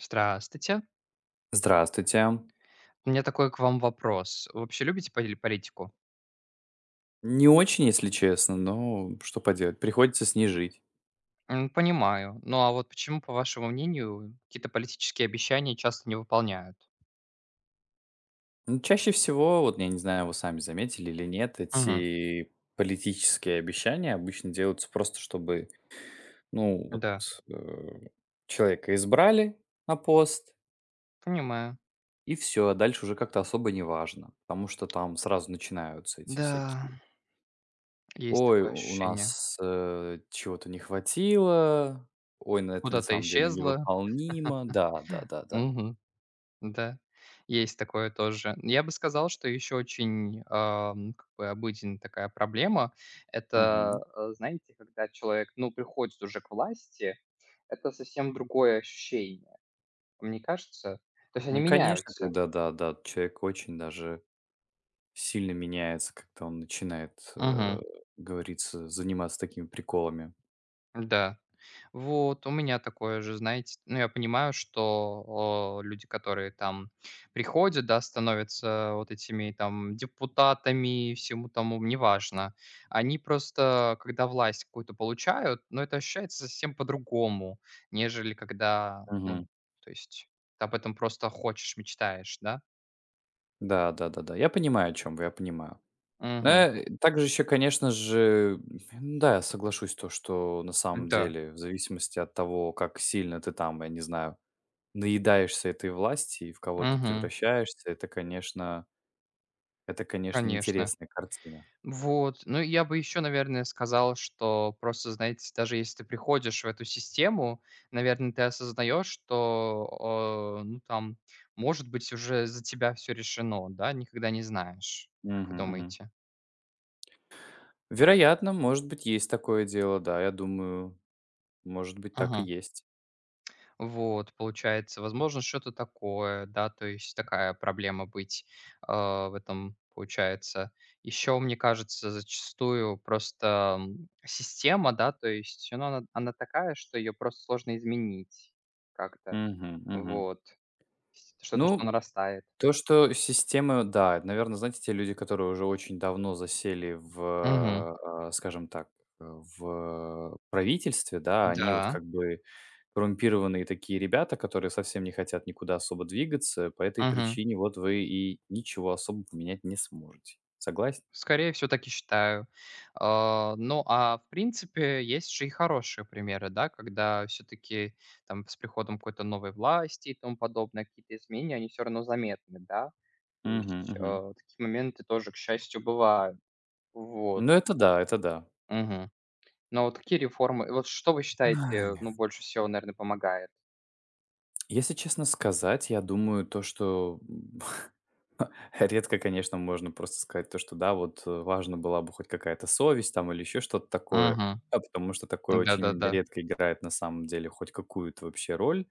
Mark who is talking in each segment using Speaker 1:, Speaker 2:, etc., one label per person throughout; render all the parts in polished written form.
Speaker 1: Здравствуйте.
Speaker 2: Здравствуйте.
Speaker 1: У меня такой к вам вопрос. Вы вообще любите политику?
Speaker 2: Не очень, если честно, но что поделать, приходится с ней жить.
Speaker 1: Понимаю. Ну а вот почему, по вашему мнению, какие-то политические обещания часто не выполняют?
Speaker 2: Ну, чаще всего, вот я не знаю, вы сами заметили или нет,
Speaker 1: Мгм.
Speaker 2: эти политические обещания обычно делаются просто, чтобы, ну, вот
Speaker 1: Да,
Speaker 2: э, человека избрали на пост,
Speaker 1: понимаю.
Speaker 2: и все, а дальше уже как-то особо не важно, потому что там сразу начинаются эти всякие.
Speaker 1: Да, есть
Speaker 2: Ой,
Speaker 1: такое
Speaker 2: у
Speaker 1: ощущение.
Speaker 2: нас чего-то не хватило, ой, на это на
Speaker 1: Куда-то
Speaker 2: самом деле
Speaker 1: исчезло.
Speaker 2: невыполнимо, да, да, да, да.
Speaker 1: Мгм. Да, есть такое тоже. Я бы сказал, что еще очень как бы обыденная такая проблема. Это,
Speaker 2: Мгм.
Speaker 1: знаете, когда человек, ну, приходит уже к власти, это совсем другое ощущение. Мне кажется, то есть они
Speaker 2: Ну, конечно,
Speaker 1: меняются.
Speaker 2: когда, да, да, человек очень даже сильно меняется, как-то он начинает,
Speaker 1: Мгм.
Speaker 2: говорится, заниматься такими приколами.
Speaker 1: Да. Вот, у меня такое же, знаете. Ну, я понимаю, что, люди, которые там приходят, да, становятся вот этими там депутатами, всему тому, неважно. Они просто, когда власть какую-то получают, ну, это ощущается совсем по-другому, нежели когда,
Speaker 2: Мгм.
Speaker 1: ну, то есть ты об этом просто хочешь, мечтаешь, да?
Speaker 2: Да, да, да, да. Я понимаю, о чем вы, я понимаю.
Speaker 1: Угу.
Speaker 2: Также еще, конечно же, да, я соглашусь, то, что на самом
Speaker 1: Да.
Speaker 2: деле, в зависимости от того, как сильно ты там, я не знаю, наедаешься этой власти и в кого ты
Speaker 1: Угу.
Speaker 2: превращаешься, это, конечно,
Speaker 1: Конечно.
Speaker 2: интересная картина.
Speaker 1: Вот. Ну, я бы еще, наверное, сказал, что просто, знаете, даже если ты приходишь в эту систему, наверное, ты осознаешь, что, ну, там, может быть, уже за тебя все решено, да, никогда не знаешь. Как вы
Speaker 2: Мгм, мгм.
Speaker 1: думаете?
Speaker 2: Вероятно, может быть, есть такое дело, да, я думаю, может быть, так и есть.
Speaker 1: Вот, получается, возможно, что-то такое, да, то есть такая проблема быть в этом получается. Еще, мне кажется, зачастую просто система, да, то есть ну, она такая, что ее просто сложно изменить как-то.
Speaker 2: Мгм, мгм.
Speaker 1: Вот. Что-то, что
Speaker 2: Ну,
Speaker 1: нарастает.
Speaker 2: то, что системы, да, наверное, знаете, те люди, которые уже очень давно засели
Speaker 1: Угу.
Speaker 2: в, скажем так, э, в правительстве, да, они вот
Speaker 1: Да.
Speaker 2: как бы коррумпированные такие ребята, которые совсем не хотят никуда особо двигаться, по этой
Speaker 1: Мгм.
Speaker 2: причине вот вы и ничего особо поменять не сможете. Согласен?
Speaker 1: Скорее всего, так и считаю. А, ну, а в принципе, есть же и хорошие примеры, да, когда все-таки там с приходом какой-то новой власти и тому подобное, какие-то изменения, они все равно заметны, да. То
Speaker 2: Угу,
Speaker 1: есть
Speaker 2: угу.
Speaker 1: такие моменты тоже, к счастью, бывают. Вот.
Speaker 2: Ну, это да, это да.
Speaker 1: Мгм. Но вот какие реформы, вот что вы считаете, ну, больше всего, наверное, помогает?
Speaker 2: Если честно сказать, я думаю, то, что редко, конечно, можно просто сказать то, что да, вот важно была бы хоть какая-то совесть там или еще что-то такое,
Speaker 1: Угу.
Speaker 2: а потому что такое очень
Speaker 1: Да-да-да.
Speaker 2: редко играет на самом деле хоть какую-то вообще роль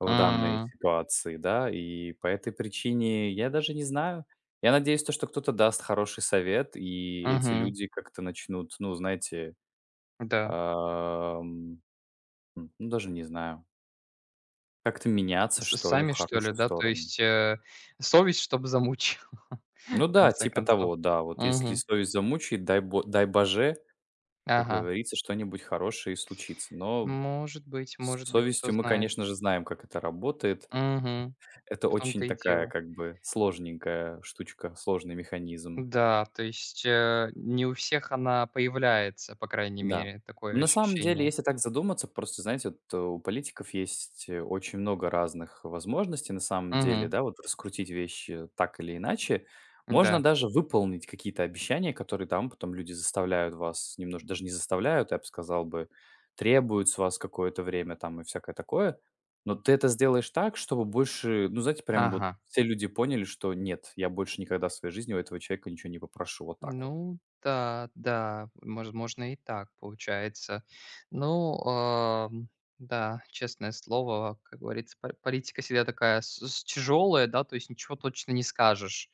Speaker 2: в данной
Speaker 1: М,
Speaker 2: ситуации, да, и по этой причине я даже не знаю. Я надеюсь, то, что кто-то даст хороший совет, и эти
Speaker 1: мгм.
Speaker 2: люди как-то начнут, ну, знаете,
Speaker 1: Да.
Speaker 2: ам, ну, даже не знаю, как-то меняться, что ли, в
Speaker 1: Сами, что ли,
Speaker 2: хорошую
Speaker 1: да? То
Speaker 2: сторону.
Speaker 1: есть совесть, чтобы замучила. В
Speaker 2: Ну да,
Speaker 1: конце
Speaker 2: типа
Speaker 1: концов.
Speaker 2: того, да. Вот если
Speaker 1: Мгм.
Speaker 2: совесть замучает, дай боже, как
Speaker 1: Ага.
Speaker 2: говорится, что-нибудь хорошее и случится. Но с
Speaker 1: Может быть, кто
Speaker 2: совестью мы,
Speaker 1: знает.
Speaker 2: конечно же, знаем, как это работает.
Speaker 1: Мгм.
Speaker 2: Это
Speaker 1: В том-то
Speaker 2: очень
Speaker 1: и
Speaker 2: такая,
Speaker 1: дело.
Speaker 2: как бы, сложненькая штучка, сложный механизм.
Speaker 1: Да, то есть, не у всех она появляется, по крайней
Speaker 2: Да.
Speaker 1: мере, такое
Speaker 2: На самом деле,
Speaker 1: ощущение.
Speaker 2: если так задуматься, просто, знаете, вот у политиков есть очень много разных возможностей, на самом деле,
Speaker 1: Мгм.
Speaker 2: да, вот раскрутить вещи так или иначе. Можно
Speaker 1: Да.
Speaker 2: даже выполнить какие-то обещания, которые там потом люди заставляют вас, немножко даже не заставляют, я бы сказал бы, требуют с вас какое-то время там и всякое такое. Но ты это сделаешь так, чтобы больше, ну, знаете, прям вот
Speaker 1: Ага.
Speaker 2: все люди поняли, что нет, я больше никогда в своей жизни у этого человека ничего не попрошу. Вот так вот.
Speaker 1: Ну да, да, возможно, и так получается. Ну, да, честное слово, как говорится, по политика всегда такая с тяжелая, да, то есть ничего точно не скажешь.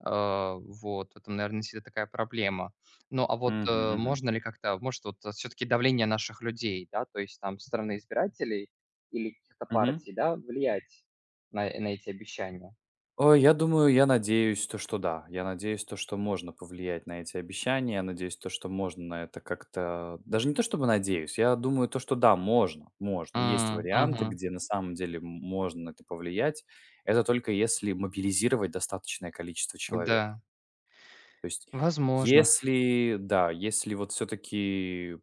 Speaker 1: Вот, это, наверное, всегда такая проблема. Ну, а вот,
Speaker 2: Мгм, мгм.
Speaker 1: можно ли как-то, может, вот все-таки давление наших людей, да, то есть там со стороны избирателей или каких-то
Speaker 2: Мгм.
Speaker 1: партий, да, влиять на эти обещания?
Speaker 2: Ой, я думаю, я надеюсь, то что да. Я надеюсь, то что можно повлиять на эти обещания. Я надеюсь, то что можно на это как-то. Даже не то, чтобы надеюсь. Я думаю, то что да, можно, можно. Есть
Speaker 1: М,
Speaker 2: варианты,
Speaker 1: мгм,
Speaker 2: где на самом деле можно на это повлиять. Это только если мобилизировать достаточное количество человек.
Speaker 1: да,
Speaker 2: То есть,
Speaker 1: возможно.
Speaker 2: если, да, если вот все-таки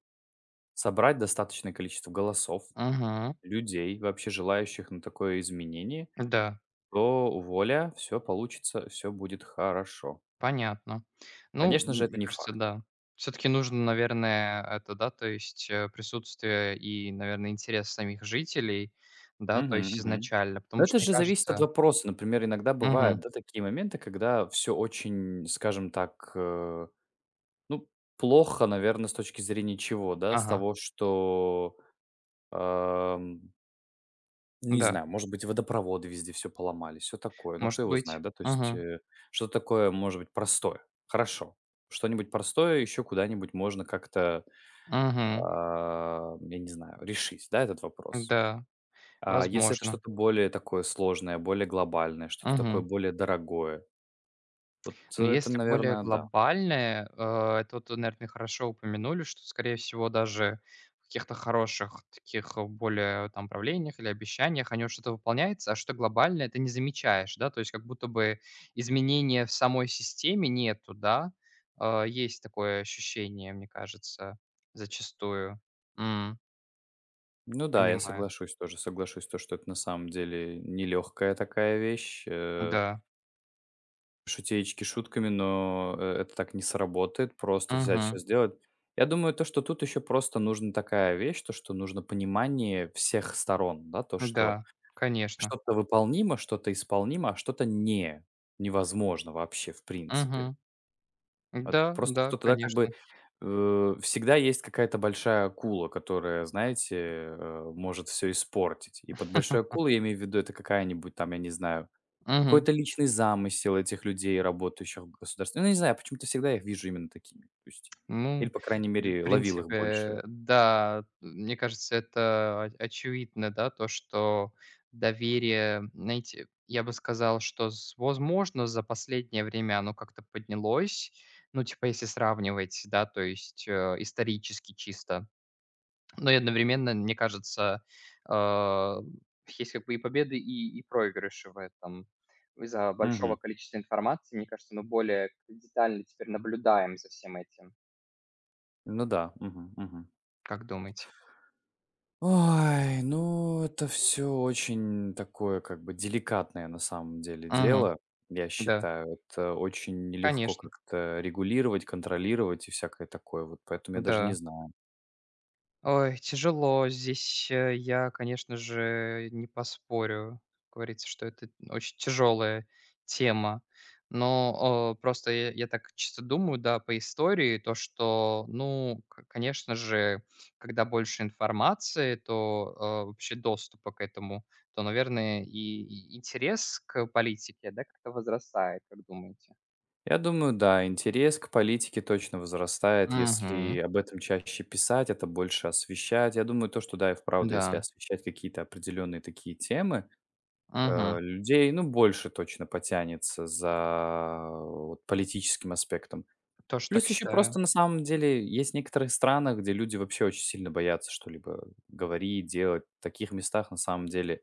Speaker 2: собрать достаточное количество голосов,
Speaker 1: Мгм.
Speaker 2: людей, вообще желающих на такое изменение,
Speaker 1: Да,
Speaker 2: то воля, все получится, все будет хорошо.
Speaker 1: понятно. Ну,
Speaker 2: Конечно же, это
Speaker 1: мне
Speaker 2: не
Speaker 1: кажется,
Speaker 2: факт.
Speaker 1: да. Все-таки нужно, наверное, это, да, то есть присутствие и, наверное, интерес самих жителей, да, то
Speaker 2: Мгм,
Speaker 1: есть
Speaker 2: мгм.
Speaker 1: изначально,
Speaker 2: Но
Speaker 1: потому
Speaker 2: это
Speaker 1: что, мне
Speaker 2: же зависит от
Speaker 1: кажется,
Speaker 2: вопроса. Например, иногда бывают,
Speaker 1: мгм,
Speaker 2: да, такие моменты, когда все очень, скажем так, ну, плохо, наверное с точки зрения чего, да? С
Speaker 1: ага,
Speaker 2: того, что, ам, не
Speaker 1: да,
Speaker 2: знаю, может быть, водопроводы везде все поломали, все такое. Ну, кто
Speaker 1: может
Speaker 2: его знает,
Speaker 1: быть,
Speaker 2: да? То есть,
Speaker 1: угу,
Speaker 2: что такое, может быть, простое. Хорошо. Что-нибудь простое еще куда-нибудь можно как-то
Speaker 1: угу,
Speaker 2: я не знаю, решить, да, этот вопрос.
Speaker 1: да,
Speaker 2: А если это
Speaker 1: возможно,
Speaker 2: что-то более такое сложное, более глобальное, что-то такое
Speaker 1: угу.
Speaker 2: более дорогое, вот
Speaker 1: Ну,
Speaker 2: это,
Speaker 1: если более
Speaker 2: наверное, да.
Speaker 1: глобальное, это вот, наверное, хорошо упомянули, что, скорее всего, даже в каких-то хороших таких более там правлениях или обещаниях, оно что-то выполняется, а что глобальное, ты не замечаешь, да, то есть как будто бы изменения в самой системе нету, да. Есть такое ощущение, мне кажется, зачастую. М,
Speaker 2: Ну да, я
Speaker 1: понимаю,
Speaker 2: соглашусь тоже, соглашусь, то, что это на самом деле нелегкая такая вещь.
Speaker 1: да,
Speaker 2: Шутеечки шутками, но это так не сработает, просто взять все
Speaker 1: мгм,
Speaker 2: сделать. Я думаю, то, что тут еще просто нужна такая вещь, то, что нужно понимание всех сторон, да, то, что
Speaker 1: да, конечно,
Speaker 2: что-то выполнимо, что-то исполнимо, а что-то не невозможно вообще в принципе.
Speaker 1: мгм,
Speaker 2: Вот
Speaker 1: да,
Speaker 2: просто
Speaker 1: да,
Speaker 2: что тогда как бы,
Speaker 1: конечно.
Speaker 2: всегда есть какая-то большая акула, которая, знаете, может все испортить. И под большой акулой я имею в виду, это какая-нибудь там, я не знаю, какой-то личный замысел этих людей, работающих в государстве. Ну, не знаю, почему-то всегда я их вижу именно такими. То есть или,
Speaker 1: Ну,
Speaker 2: по крайней
Speaker 1: в
Speaker 2: мере, ловил их больше.
Speaker 1: принципе, да, мне кажется, это очевидно, да, то, что доверие, знаете, я бы сказал, что, возможно, за последнее время оно как-то поднялось, ну, типа, если сравнивать, да, то есть исторически чисто. Но и одновременно, мне кажется, э, есть как бы и победы, и проигрыши в этом. Из-за
Speaker 2: Мгм.
Speaker 1: большого количества информации, мне кажется, мы более как-то детально теперь наблюдаем за всем этим.
Speaker 2: Ну да. Мгм, мгм.
Speaker 1: Как думаете?
Speaker 2: Ой, ну это все очень такое как бы деликатное на самом деле
Speaker 1: Мгм.
Speaker 2: дело, я
Speaker 1: Да,
Speaker 2: считаю. Это очень нелегко
Speaker 1: конечно,
Speaker 2: как-то регулировать, контролировать и всякое такое вот, поэтому я даже не
Speaker 1: да.
Speaker 2: знаю.
Speaker 1: Ой, тяжело. Здесь, я, конечно же, не поспорю. Как говорится, что это очень тяжелая тема. Но, просто я так чисто думаю, да, по истории, то, что, ну, к конечно же, когда больше информации, то, вообще доступа к этому, то, наверное, и интерес к политике, да, как-то возрастает, как думаете?
Speaker 2: Я думаю, да, интерес к политике точно возрастает, если
Speaker 1: Мгм.
Speaker 2: об этом чаще писать, это больше освещать. Я думаю, то, что да, и вправду, если
Speaker 1: Да.
Speaker 2: освещать какие-то определенные такие темы,
Speaker 1: Мгм.
Speaker 2: людей, ну, больше точно потянется за вот политическим аспектом.
Speaker 1: Тоже так
Speaker 2: Плюс еще
Speaker 1: считаю.
Speaker 2: просто на самом деле есть некоторые страны, где люди вообще очень сильно боятся что-либо говорить, делать. В таких местах на самом деле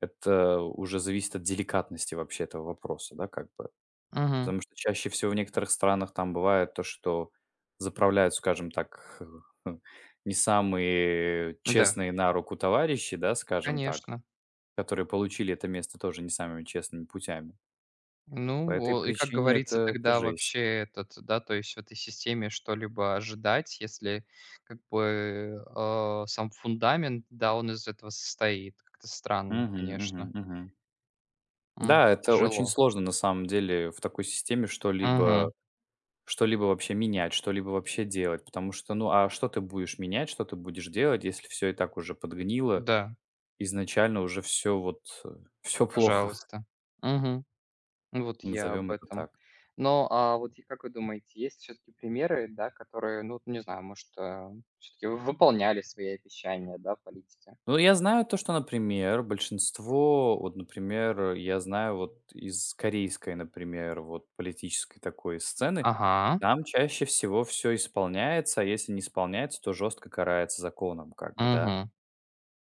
Speaker 2: это уже зависит от деликатности вообще этого вопроса, да, как бы.
Speaker 1: Мгм.
Speaker 2: Потому что чаще всего в некоторых странах там бывает то, что заправляют, скажем так, не самые
Speaker 1: Да,
Speaker 2: честные на руку товарищи, да, скажем так,
Speaker 1: конечно.
Speaker 2: которые получили это место тоже не самыми честными путями. По
Speaker 1: Ну,
Speaker 2: этой
Speaker 1: и как
Speaker 2: причине
Speaker 1: говорится,
Speaker 2: это
Speaker 1: тогда
Speaker 2: жесть.
Speaker 1: вообще этот, да, то есть в этой системе что-либо ожидать, если как бы сам фундамент, да, он из этого состоит. Как-то странно,
Speaker 2: Мгм,
Speaker 1: конечно.
Speaker 2: мгм. Да, это очень
Speaker 1: Тяжело.
Speaker 2: сложно на самом деле в такой системе
Speaker 1: Мгм.
Speaker 2: что-либо вообще менять, что-либо вообще делать, потому что, ну, а что ты будешь менять, что ты будешь делать, если все и так уже подгнило,
Speaker 1: Да,
Speaker 2: изначально уже все вот, все плохо,
Speaker 1: пожалуйста. Мгм. Ну вот, я об
Speaker 2: назовем это
Speaker 1: этом.
Speaker 2: так.
Speaker 1: Но а вот и как вы думаете, есть все-таки примеры, да, которые, ну, не знаю, может, все-таки выполняли свои обещания, да, политики?
Speaker 2: Ну, я знаю то, что, например, большинство, вот, например, я знаю вот из корейской, например, вот политической такой сцены,
Speaker 1: Ага.
Speaker 2: там чаще всего все исполняется, а если не исполняется, то жестко карается законом, как бы, да.
Speaker 1: Мгм.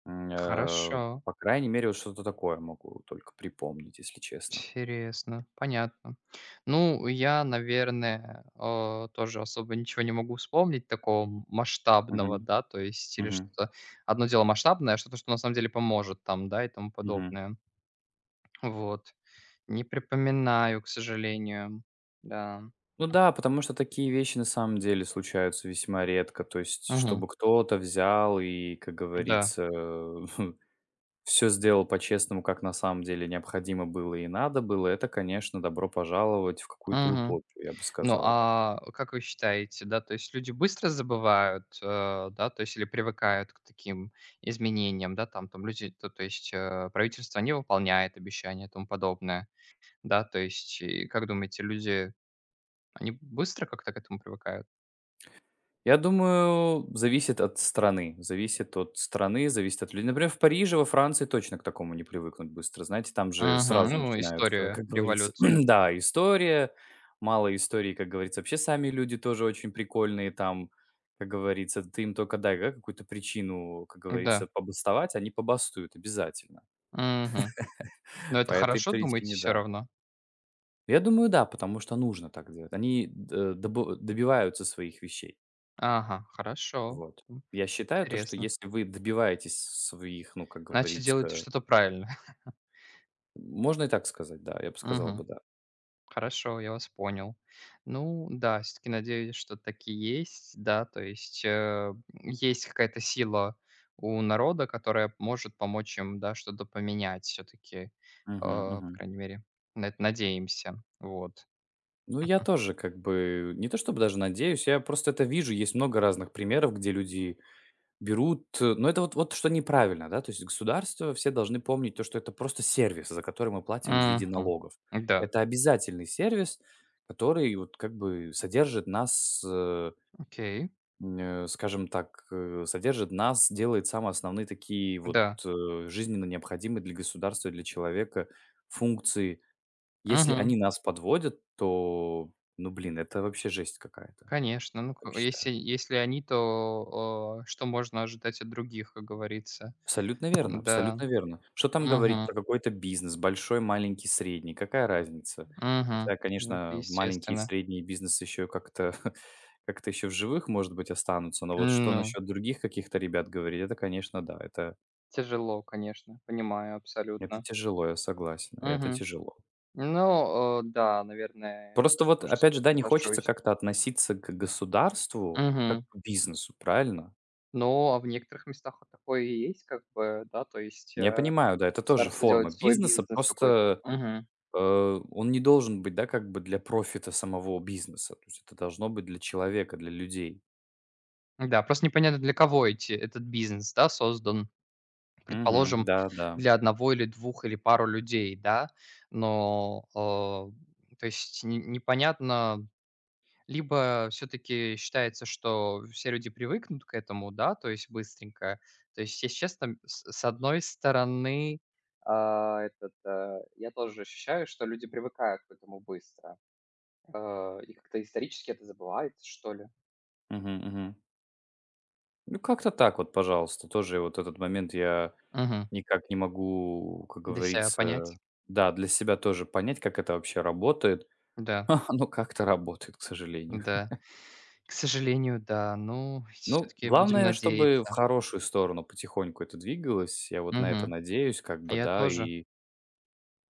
Speaker 2: М, э,
Speaker 1: Хорошо,
Speaker 2: по крайней мере, вот что-то такое могу только припомнить, если честно.
Speaker 1: интересно, понятно. Ну, я, наверное, тоже особо ничего не могу вспомнить такого масштабного,
Speaker 2: Мгм.
Speaker 1: да, то есть или
Speaker 2: Мгм.
Speaker 1: что-то одно дело масштабное, а что-то, что на самом деле поможет там, да, и тому
Speaker 2: Мгм.
Speaker 1: подобное. Вот. Не припоминаю, к сожалению. Да.
Speaker 2: Ну да, потому что такие вещи на самом деле случаются весьма редко. То есть,
Speaker 1: Мгм.
Speaker 2: чтобы кто-то взял и, как
Speaker 1: Да.
Speaker 2: говорится, все сделал по-честному, как на самом деле необходимо было и надо было, это, конечно, добро пожаловать в какую-то
Speaker 1: Мгм.
Speaker 2: утопию, я бы
Speaker 1: Ну,
Speaker 2: сказал.
Speaker 1: а как вы считаете, да, то есть люди быстро забывают, да, то есть или привыкают к таким изменениям, да, там, люди, то есть правительство не выполняет обещания и тому подобное, да, то есть, и как думаете, люди, они быстро как-то к этому привыкают?
Speaker 2: Я думаю, зависит от страны. Зависит от страны, зависит от людей. Например, в Париже, во Франции точно к такому не привыкнуть быстро. Знаете, там же
Speaker 1: Мгм.
Speaker 2: сразу
Speaker 1: Ну,
Speaker 2: начинаются,
Speaker 1: история
Speaker 2: как говорится,
Speaker 1: революции,
Speaker 2: да, история, мало истории, как говорится. Вообще сами люди тоже очень прикольные там, как говорится. Ты им только дай да, какую-то причину, как говорится,
Speaker 1: да.
Speaker 2: побастовать, они побастуют обязательно.
Speaker 1: Мгм. Но
Speaker 2: По
Speaker 1: это
Speaker 2: этой
Speaker 1: хорошо, думаете,
Speaker 2: причине,
Speaker 1: все
Speaker 2: да.
Speaker 1: равно?
Speaker 2: Я думаю, да, потому что нужно так делать. Они добиваются своих вещей.
Speaker 1: Ага, хорошо.
Speaker 2: Вот.
Speaker 1: М,
Speaker 2: Я считаю то, что
Speaker 1: интересно,
Speaker 2: если вы добиваетесь своих, ну, как
Speaker 1: значит, делаете
Speaker 2: говорится,
Speaker 1: что-то правильно.
Speaker 2: можно и так сказать, да, я бы сказал
Speaker 1: Мгм.
Speaker 2: бы, да.
Speaker 1: Хорошо, я вас понял. Ну да, все таки надеюсь, что так есть, да. То есть, есть какая-то сила у народа, которая может помочь им, да, что-то поменять все таки,
Speaker 2: Мгм,
Speaker 1: по
Speaker 2: мгм.
Speaker 1: крайней мере, на это надеемся. Вот.
Speaker 2: Ну, я тоже как бы не то чтобы даже надеюсь, я просто это вижу. Есть много разных примеров, где люди берут, но это вот вот что неправильно, да. То есть государство, все должны помнить то, что это просто сервис, за который мы платим в виде
Speaker 1: Мгм.
Speaker 2: налогов.
Speaker 1: Да,
Speaker 2: Это обязательный сервис, который вот как бы содержит нас,
Speaker 1: окей.
Speaker 2: скажем так, содержит нас, делает самые основные такие вот,
Speaker 1: Да.
Speaker 2: жизненно необходимые для государства, и для человека функции. Если
Speaker 1: Мгм.
Speaker 2: они нас подводят, то, ну, блин, это вообще жесть какая-то, я
Speaker 1: Конечно. Ну,
Speaker 2: так
Speaker 1: к
Speaker 2: считаю.
Speaker 1: если они, то, что можно ожидать от других, как говорится?
Speaker 2: Абсолютно верно,
Speaker 1: Да.
Speaker 2: абсолютно верно. Что там говорить про
Speaker 1: Угу.
Speaker 2: какой-то бизнес, большой, маленький, средний, какая разница?
Speaker 1: Угу.
Speaker 2: Хотя,
Speaker 1: Это
Speaker 2: конечно, маленькие и
Speaker 1: естественно.
Speaker 2: средние бизнесы еще как-то как-то еще в живых, может быть, останутся, но вот что
Speaker 1: Ну,
Speaker 2: насчет других каких-то ребят говорить, это, конечно, да, это
Speaker 1: тяжело, конечно, понимаю
Speaker 2: Это
Speaker 1: абсолютно.
Speaker 2: тяжело, я согласен, это
Speaker 1: Мгм.
Speaker 2: тяжело.
Speaker 1: Ну, да, наверное,
Speaker 2: Просто вот,
Speaker 1: тоже с
Speaker 2: опять же,
Speaker 1: этим
Speaker 2: да, не хочется
Speaker 1: соглашусь.
Speaker 2: как-то относиться к государству как
Speaker 1: Мгм.
Speaker 2: к бизнесу, правильно?
Speaker 1: Ну, а в некоторых местах вот такое и есть, как бы, да, то есть,
Speaker 2: Я понимаю, да, это тоже
Speaker 1: староста
Speaker 2: форма
Speaker 1: делает свой
Speaker 2: бизнеса,
Speaker 1: бизнес какой-то.
Speaker 2: просто,
Speaker 1: Мгм.
Speaker 2: он не должен быть, да, как бы для профита самого бизнеса. То есть это должно быть для человека, для людей.
Speaker 1: Да, просто непонятно, для кого эти этот бизнес, да, создан.
Speaker 2: Мгм.
Speaker 1: Предположим,
Speaker 2: Да, да.
Speaker 1: для одного или двух или пару людей, да, но, то есть не непонятно. Либо все таки считается, что все люди привыкнут к этому, да, то есть быстренько. То есть, если честно, с одной стороны, этот, я тоже ощущаю, что люди привыкают к этому быстро. Э, и как-то исторически это забывается, что ли.
Speaker 2: Мгм, мгм. Ну, как-то так вот, пожалуйста. Тоже вот этот момент я
Speaker 1: Мгм.
Speaker 2: никак не могу, как
Speaker 1: Для себя
Speaker 2: говорится,
Speaker 1: понять.
Speaker 2: да, для себя тоже понять, как это вообще работает.
Speaker 1: Да,
Speaker 2: Оно как-то работает, к сожалению.
Speaker 1: да. К сожалению, да. Ну, все
Speaker 2: Ну,
Speaker 1: таки будем
Speaker 2: главное, чтобы в
Speaker 1: надеяться.
Speaker 2: хорошую сторону потихоньку это двигалось. Я вот на это
Speaker 1: Мгм.
Speaker 2: надеюсь, как бы,
Speaker 1: Я
Speaker 2: да.
Speaker 1: тоже.
Speaker 2: И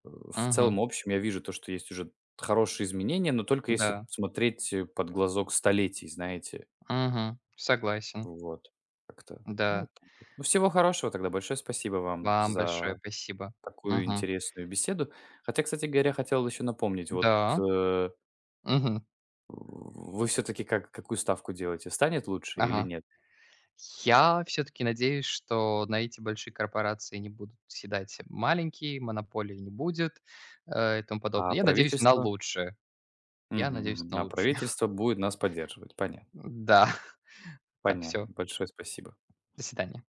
Speaker 2: в
Speaker 1: Мгм.
Speaker 2: целом, общем, я вижу то, что есть уже хорошие изменения, но только если
Speaker 1: Да.
Speaker 2: смотреть под глазок столетий, знаете.
Speaker 1: Мгм. Согласен.
Speaker 2: Вот. Как-то. Ну, вот
Speaker 1: Да.
Speaker 2: так вот. Ну, всего хорошего тогда. Большое спасибо вам
Speaker 1: Вам
Speaker 2: за
Speaker 1: большое спасибо.
Speaker 2: такую
Speaker 1: Мгм.
Speaker 2: интересную беседу. Хотя, кстати говоря, хотел еще напомнить, вот
Speaker 1: Да,
Speaker 2: э,
Speaker 1: мгм,
Speaker 2: вы все-таки как, какую ставку делаете? Станет лучше или
Speaker 1: ага.
Speaker 2: нет?
Speaker 1: Я все таки надеюсь, что на эти большие корпорации не будут съедать маленькие, монополии не будет, и тому
Speaker 2: А
Speaker 1: подобное. Я надеюсь на
Speaker 2: правительство?
Speaker 1: лучшее. Я
Speaker 2: Мгм,
Speaker 1: надеюсь
Speaker 2: мгм.
Speaker 1: на
Speaker 2: А
Speaker 1: лучшее.
Speaker 2: правительство будет нас поддерживать. Понятно,
Speaker 1: Да, так,
Speaker 2: понятно.
Speaker 1: все.
Speaker 2: Большое спасибо.
Speaker 1: До свидания.